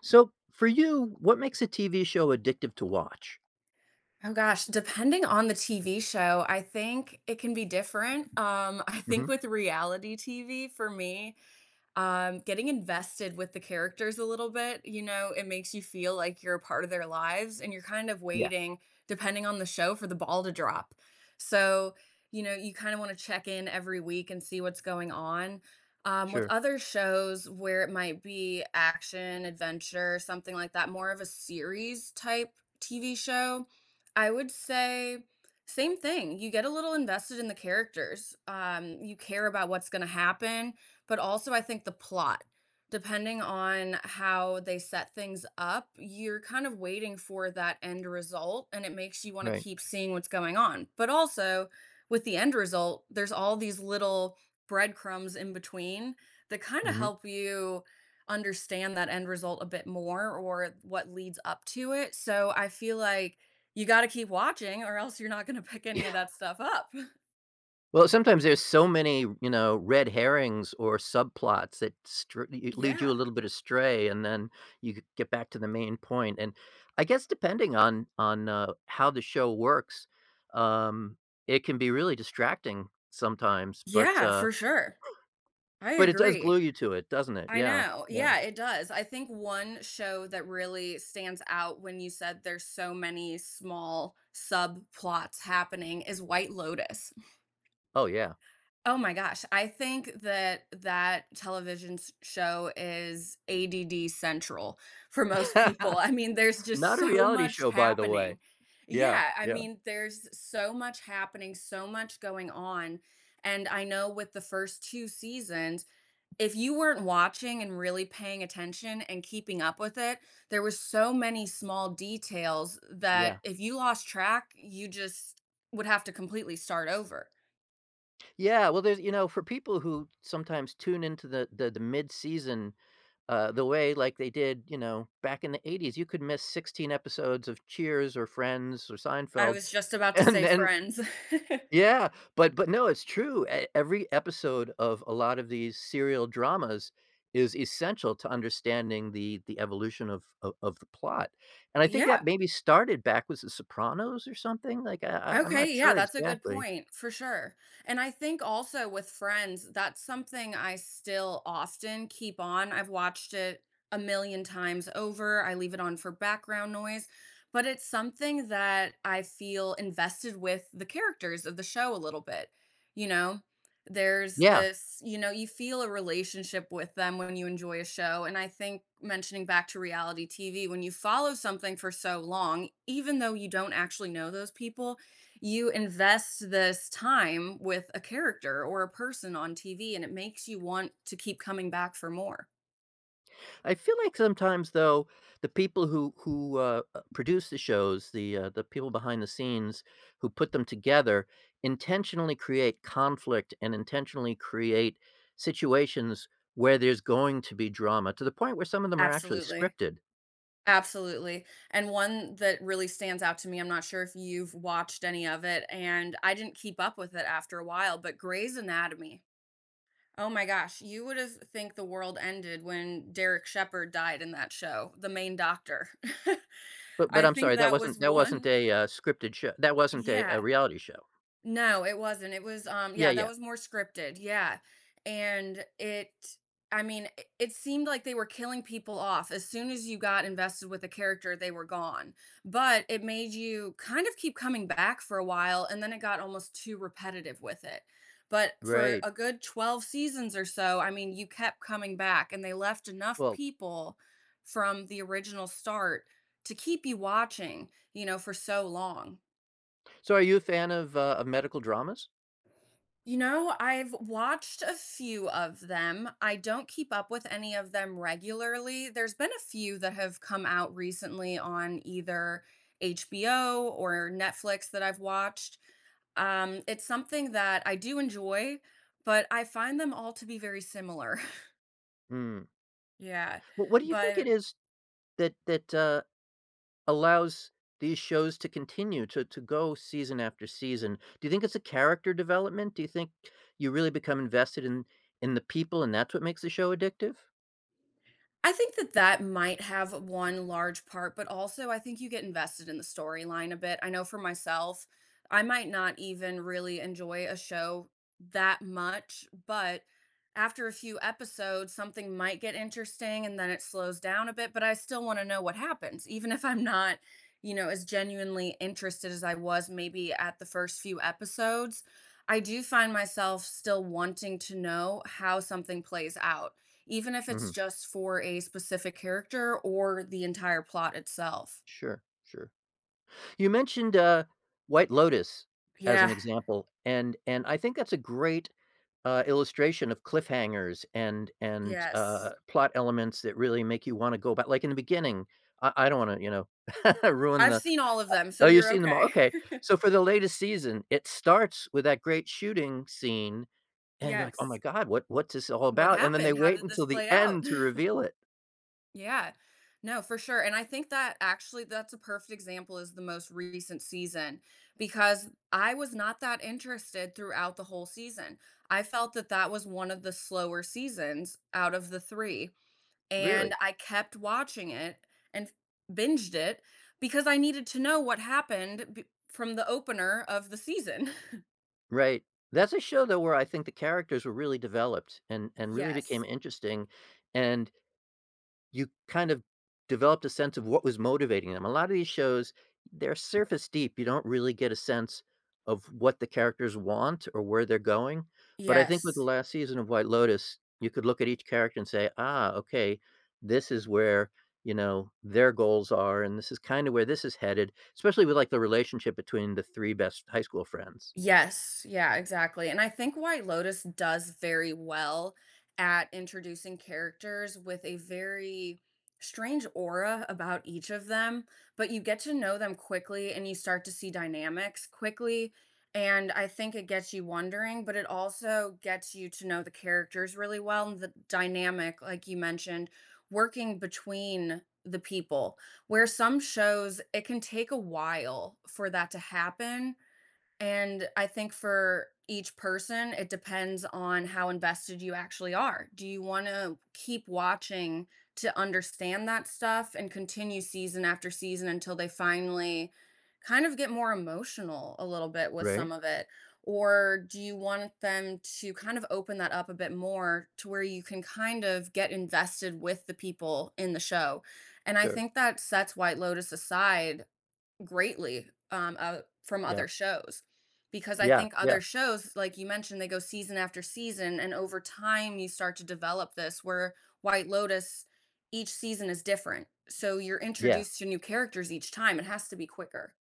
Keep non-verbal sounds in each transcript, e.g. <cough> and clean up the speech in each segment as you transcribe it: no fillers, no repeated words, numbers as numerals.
So, for you, what makes a TV show addictive to watch? Oh gosh, depending on the TV show, I think it can be different. <laughs> I think Mhm. with reality TV, for me, getting invested with the characters a little bit. You know, it makes you feel like you're a part of their lives and you're kind of Yeah, waiting, depending on the show, for the ball to drop. So, you kind of want to check in every week and see what's going on. With sure. other shows where it might be action, adventure, something like that, more of a series type TV show, I would say same thing. You get a little invested in the characters. You care about what's going to happen, but also, I think the plot, depending on how they set things up, you're kind of waiting for that end result and it makes you want to Right. keep seeing what's going on. But also, with the end result, there's all these little breadcrumbs in between that kind of Mhm. help you understand that end result a bit more or what leads up to it. So I feel like you got to keep watching or else you're not going to <laughs> pick Yeah. any of <laughs> that stuff up. <laughs> Well, sometimes there's so many, you know, red herrings or subplots that str y lead you Yeah. a little bit astray, and then you g get back to the main point, and I guess depending on how the show works, um, it can be really distracting sometimes, Yeah, for sure. I but it does agree. glue you to it, doesn't it? I Yeah. know. Yeah. Yeah, it does. I think one show that really stands out when you said there's so many small subplots happening is White Lotus. Oh, yeah. Oh my gosh, I think that that television s show is ADD central for most people. <laughs> I mean, there's just Not a so reality much show, by the way. happening. Yeah, Yeah, I yeah, mean, there's so much happening, so much going on, and I know with the first 2 seasons, if you weren't watching and really paying attention and keeping up with it, there were so many small details that yeah. if you lost track, you just would have to completely start over. Yeah, well, there's you know, for people who sometimes tune into the mid-season, the way like they did, you know, back in the 80s, you could miss 16 episodes of Cheers or Friends or I Seinfeld, was just <laughs> about to and say then friends. yeah, but no, it's true, e every episode of a lot of these serial dramas is essential to understanding the evolution of of the plot, and <laughs> I think that Yeah. maybe started back with The Sopranos or something, like, I'm not Okay, yeah, sure that's a good exactly. point for sure. And I think also with Friends, that's something I still often keep on. I've watched it a million times over. I leave it on for background noise, but it's something that I feel invested with the characters of the show a little bit. You know, there's Yeah. this, you know, you feel a relationship with them when you enjoy a show. And I think mentioning back to reality TV, when you follow something for so long, even though you don't actually know those people, you invest this time with a character or a person on TV, and it makes you want to keep coming back for more. I feel like sometimes though, the people who produce the shows, the people behind the scenes who put them together intentionally create conflict and intentionally create situations where there's going to be drama to the point where some of them are actually Absolutely. scripted. Absolutely. And one that really stands out to me, I'm not sure if you've watched any of it, and I didn't keep up with it after a while, but Grey's Anatomy. Oh my gosh, you would have think the world ended when Derek Shepherd died in that show, the main doctor. <laughs> But I I'm think sorry, that that was wasn't that wasn't one. a, scripted show. That wasn't a Yeah. reality show. No, it wasn't. It was, um, Yeah, yeah, that yeah. was more scripted. Yeah. And it, I mean, it seemed like they were killing people off. As soon as you got invested with a character, they were gone. But it made you kind of keep coming back for a while. And then it got almost too repetitive with it. But for Right. a good 12 seasons or so, I mean, you kept coming back and they left enough Well, people from the original start to keep you watching, you know, for so long. so are you a fan of medical dramas? You know, I've watched a few of them. I don't keep up with any of them regularly. There's been a few that have come out recently on either HBO or Netflix that I've watched. It's something that I do enjoy, but I find them all to be very similar. <laughs> Mm. Yeah. Well, what do you think it But is that allows these shows to continue to go season after season? Do you think it's a character development? Do you think you really become invested in the people, and that's what makes the show addictive? I think that that might have one large part, but also I think you get invested in the storyline a bit. I know for myself, I might not even really enjoy a show that much, but after a few episodes, something might get interesting and then it slows down a bit, but I still want to know what happens, even if I'm not, you know, as genuinely interested as I was maybe at the first few episodes. I do find myself still wanting to know how something plays out even if it's Mhm. just for a specific character or the entire plot itself. Sure, sure. You mentioned, White Lotus as an Yeah, example, and I think that's a great, illustration of cliffhangers and, yes. plot elements that really make you wanna go back. Like, in the beginning, I don't wanna, you know, <laughs> ruin I've the. seen all of them, so Oh, you've you're seen them all, okay. okay. <laughs> So for the latest season, it starts with that great shooting scene, and you're like, "Oh my Yes. god, what what's this all What about?" And then they happened? How wait did until this the play out? end to <laughs> reveal it. Yeah. No, for sure, and I think that actually that's a perfect example is the most recent season because I was not that interested throughout the whole season. I felt that that was one of the slower seasons out of the 3. And Really. I kept watching it and binged it because I needed to know what happened b from the opener of the season. <laughs> Right. That's a show, though, where I think the characters were really developed and really became Yes. interesting, and you kind of developed a sense of what was motivating them. A lot of these shows, they're surface deep. You don't really get a sense of what the characters want or where they're going. But I think with the Yes. last season of White Lotus, you could look at each character and say, ah, okay, this is where, you know, their goals are, and this is kind of where this is headed, especially with like the relationship between the three best high school friends. Yes, yeah, exactly, and I think White Lotus does very well at introducing characters with a very strange aura about each of them, but you get to know them quickly and you start to see dynamics quickly, and I think it gets you wondering, but it also gets you to know the characters really well and the dynamic, like you mentioned, working between the people, where some shows, it can take a while for that to happen, and I think for each person, it depends on how invested you actually are. Do you want to keep watching to understand that stuff and continue season after season until they finally kind of get more emotional a little bit with Right? some of it? Or do you want them to kind of open that up a bit more to where you can kind of get invested with the people in the show? And I Sure. think that sets White Lotus aside greatly, from Yeah. other shows, because I Yeah. think Yeah. other shows, like you mentioned, they go season after season, and over time you start to develop this where White Lotus, each season is different. So you're Yeah. introduced to new characters each time. It has to be quicker.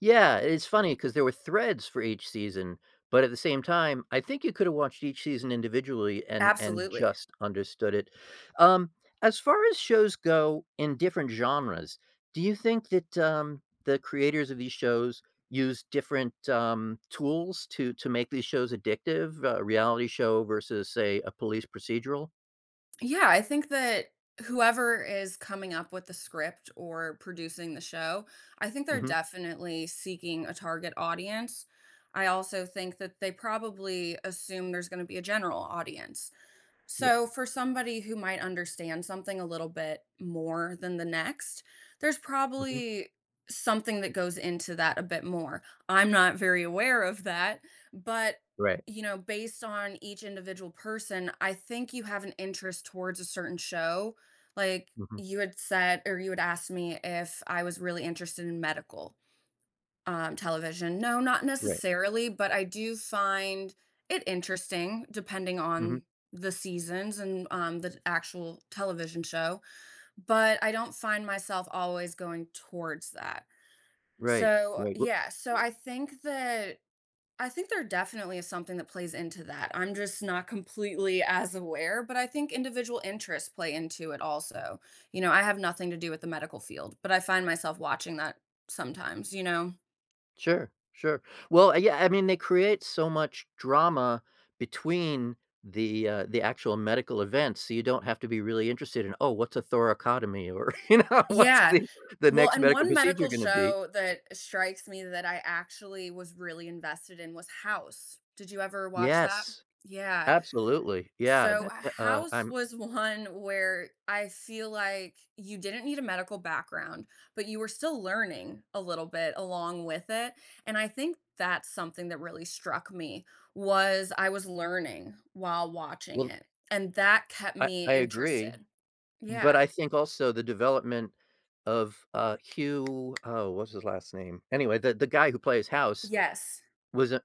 Yeah, it's funny because there were threads for each season, but at the same time, I think you could have watched each season individually and Absolutely. just understood it. Um, as far as shows go in different genres, do you think that the creators of these shows use different tools to make these shows addictive? A reality show versus, say, a police procedural. Yeah, I think that whoever is coming up with the script or producing the show, I think they're Hmm. definitely seeking a target audience. I also think that they probably assume there's going to be a general audience. Yeah. So, for somebody who might understand something a little bit more than the next, there's Hmm. probably something that goes into that a bit more. I'm not very aware of that, but Right. you know, based on each individual person, I think you have an interest towards a certain show. Like Hmm. you had said, or you had asked me if I was really interested in medical. Television. No, not Right. necessarily, but I do find it interesting depending Hmm. on the seasons and the actual television show, but I don't find myself always going towards that. Right. So, Right. yeah, so I think that I think there definitely is something that plays into that. I'm just not completely as aware, but I think individual interests play into it also. You know, I have nothing to do with the medical field, but I find myself watching that sometimes, you know? Sure, sure. Well, yeah, I mean, they create so much drama between the actual medical events, so you don't have to be really interested in, oh, what's a thoracotomy or <laughs> you know, what's Yeah. The Well, next and medical one procedure medical going to be? show that strikes me that I actually was really invested in was House. Did you ever watch that? Yes, Yeah. absolutely. Yeah, So, that uh, House I'm was <laughs> one where I feel like you didn't need a medical background, but you were still learning a little bit along with it. And I think that's something that really struck me was I was learning while watching well, it, and that kept I, me I agree, interested. but Yeah. I think also the development of Hugh, oh, what's his last name? Anyway, the guy who plays House Yes. was a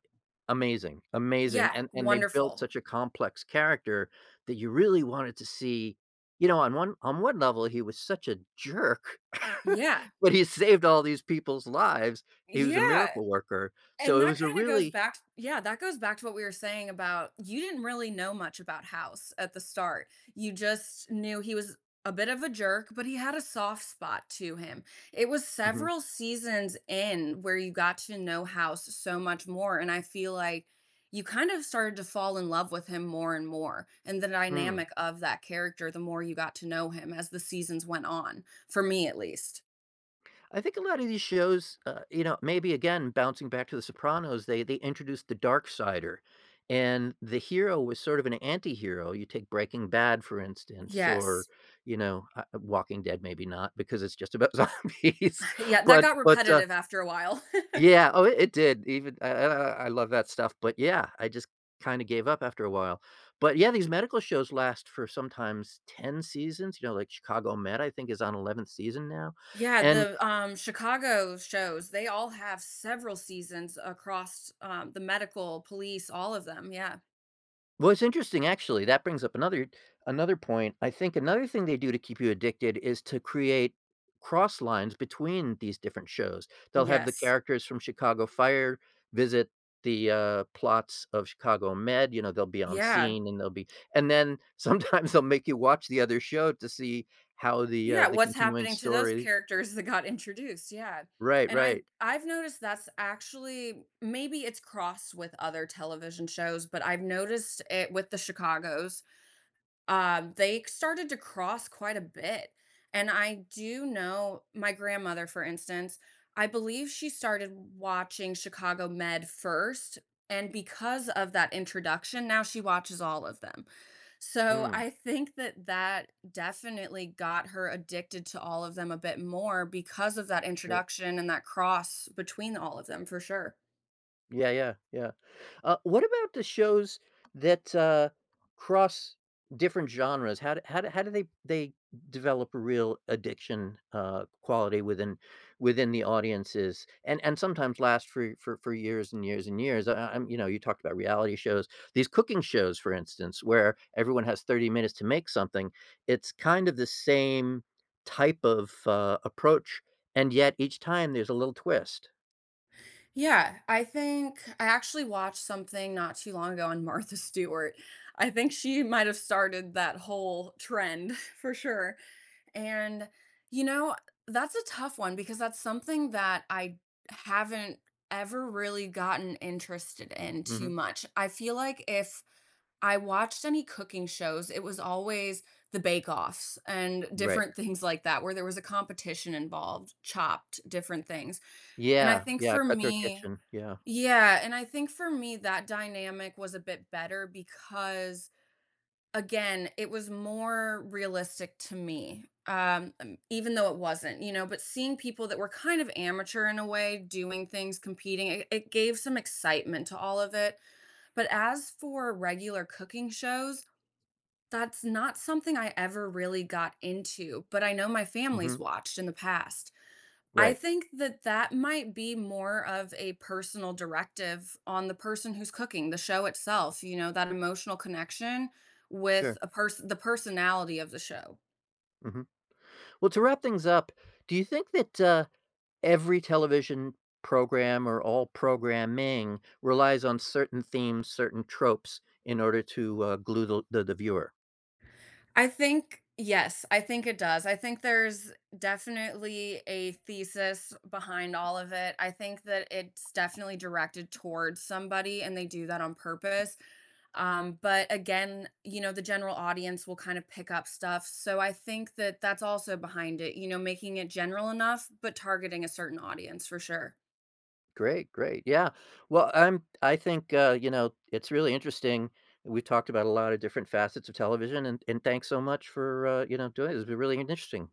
amazing, amazing, Yeah, and they built wonderful. such a complex character that you really wanted to see. You know, on one level, he was such a jerk, <laughs> Yeah. but he saved all these people's lives. He was a Yeah. miracle worker, And so it that was a kind of goes really. back, yeah, that goes back to what we were saying about you didn't really know much about House at the start. You just knew he was a bit of a jerk, but he had a soft spot to him. It was Mhm, several seasons in where you got to know House so much more, and I feel like you kind of started to fall in love with him more and more, and the mm. dynamic of that character the more you got to know him as the seasons went on, for me at least. I think a lot of these shows, you know, maybe again bouncing back to The Sopranos, they introduced the dark sider, and the hero was sort of an anti-hero. You take Breaking Bad, for instance, or Yes. you know, Walking Dead, maybe not because it's just about <laughs> zombies, Yeah, that got but repetitive after a while. <laughs> yeah, oh, it did. Even I love that stuff, but yeah, I just kind of gave up after a while. But yeah, these medical shows last for sometimes 10 seasons. You know, like Chicago Med, I think is on 11th season now, Yeah, and. the Chicago shows, they all have several seasons across the medical, police, all of them. Yeah. Well, it's interesting actually, that brings up another another point. I think another thing they do to keep you addicted is to create cross lines between these different shows. They'll have the Yes. characters from Chicago Fire visit the, plots of Chicago Med, you know, they'll be on Yeah. scene and they'll be, and then <laughs> sometimes they'll make you watch the other show to see how Yeah. the What's continuing happening to those story. characters that got introduced? Yeah. Right, And I right. I've noticed that's actually maybe it's crossed with other television shows, but I've noticed it with the Chicago's, they started to cross quite a bit. And I do know my grandmother, for instance, I believe she started watching Chicago Med first. And because of that introduction, now she watches all of them. So Mm, I think that that definitely got her addicted to all of them a bit more because of that sure. introduction and that cross between all of them for sure. Yeah, yeah, yeah. What about the shows that, cross different genres? How do how do they develop a real addiction, quality within within the audiences and sometimes last for for years and years and years? I'm you know, you talked about reality shows. These cooking shows, for instance, where everyone has 30 minutes to make something, it's kind of the same type of, approach, and yet each time there's a little twist. Yeah, I think I actually watched something not too long ago on <laughs> Martha Stewart. I think she might have started that whole trend <laughs> for sure. And, you know, that's a tough one because that's something that I haven't ever really gotten interested in too Mhm. much. I feel like if I watched any cooking shows, it was always the bake-offs and Right. different things like that, where there was a competition involved, chopped, different things. And I Yeah, think yeah, for Cutthroat me, Kitchen, yeah, yeah, and I think for me that dynamic was a bit better because again, it was more realistic to me. Even though it wasn't, you know, but seeing people that were kind of amateur in a way doing things, competing, it gave some excitement to all of it. But as for regular cooking shows, that's not something I ever really got into, but I know my family's mhm, watched in the past. I right, think that that might be more of a personal directive on the person who's cooking the show itself, you know, that emotional connection with sure, a person the personality of the show. mhm. Well, to wrap things up, do you think that, every television program or all programming relies on certain themes, certain tropes in order to, glue the viewer? I think yes, I think it does. I think there's definitely a thesis behind all of it. I think that it's definitely directed towards somebody and they do that on purpose. But again, you know, the general audience will kind of pick up stuff. So I think that that's also behind it, you know, making it general enough, but targeting a certain audience for sure. Great, great, yeah. Well, I think, you know, it's really interesting. We talked about a lot of different facets of television, and thanks so much for, you know, doing this. It's been really interesting.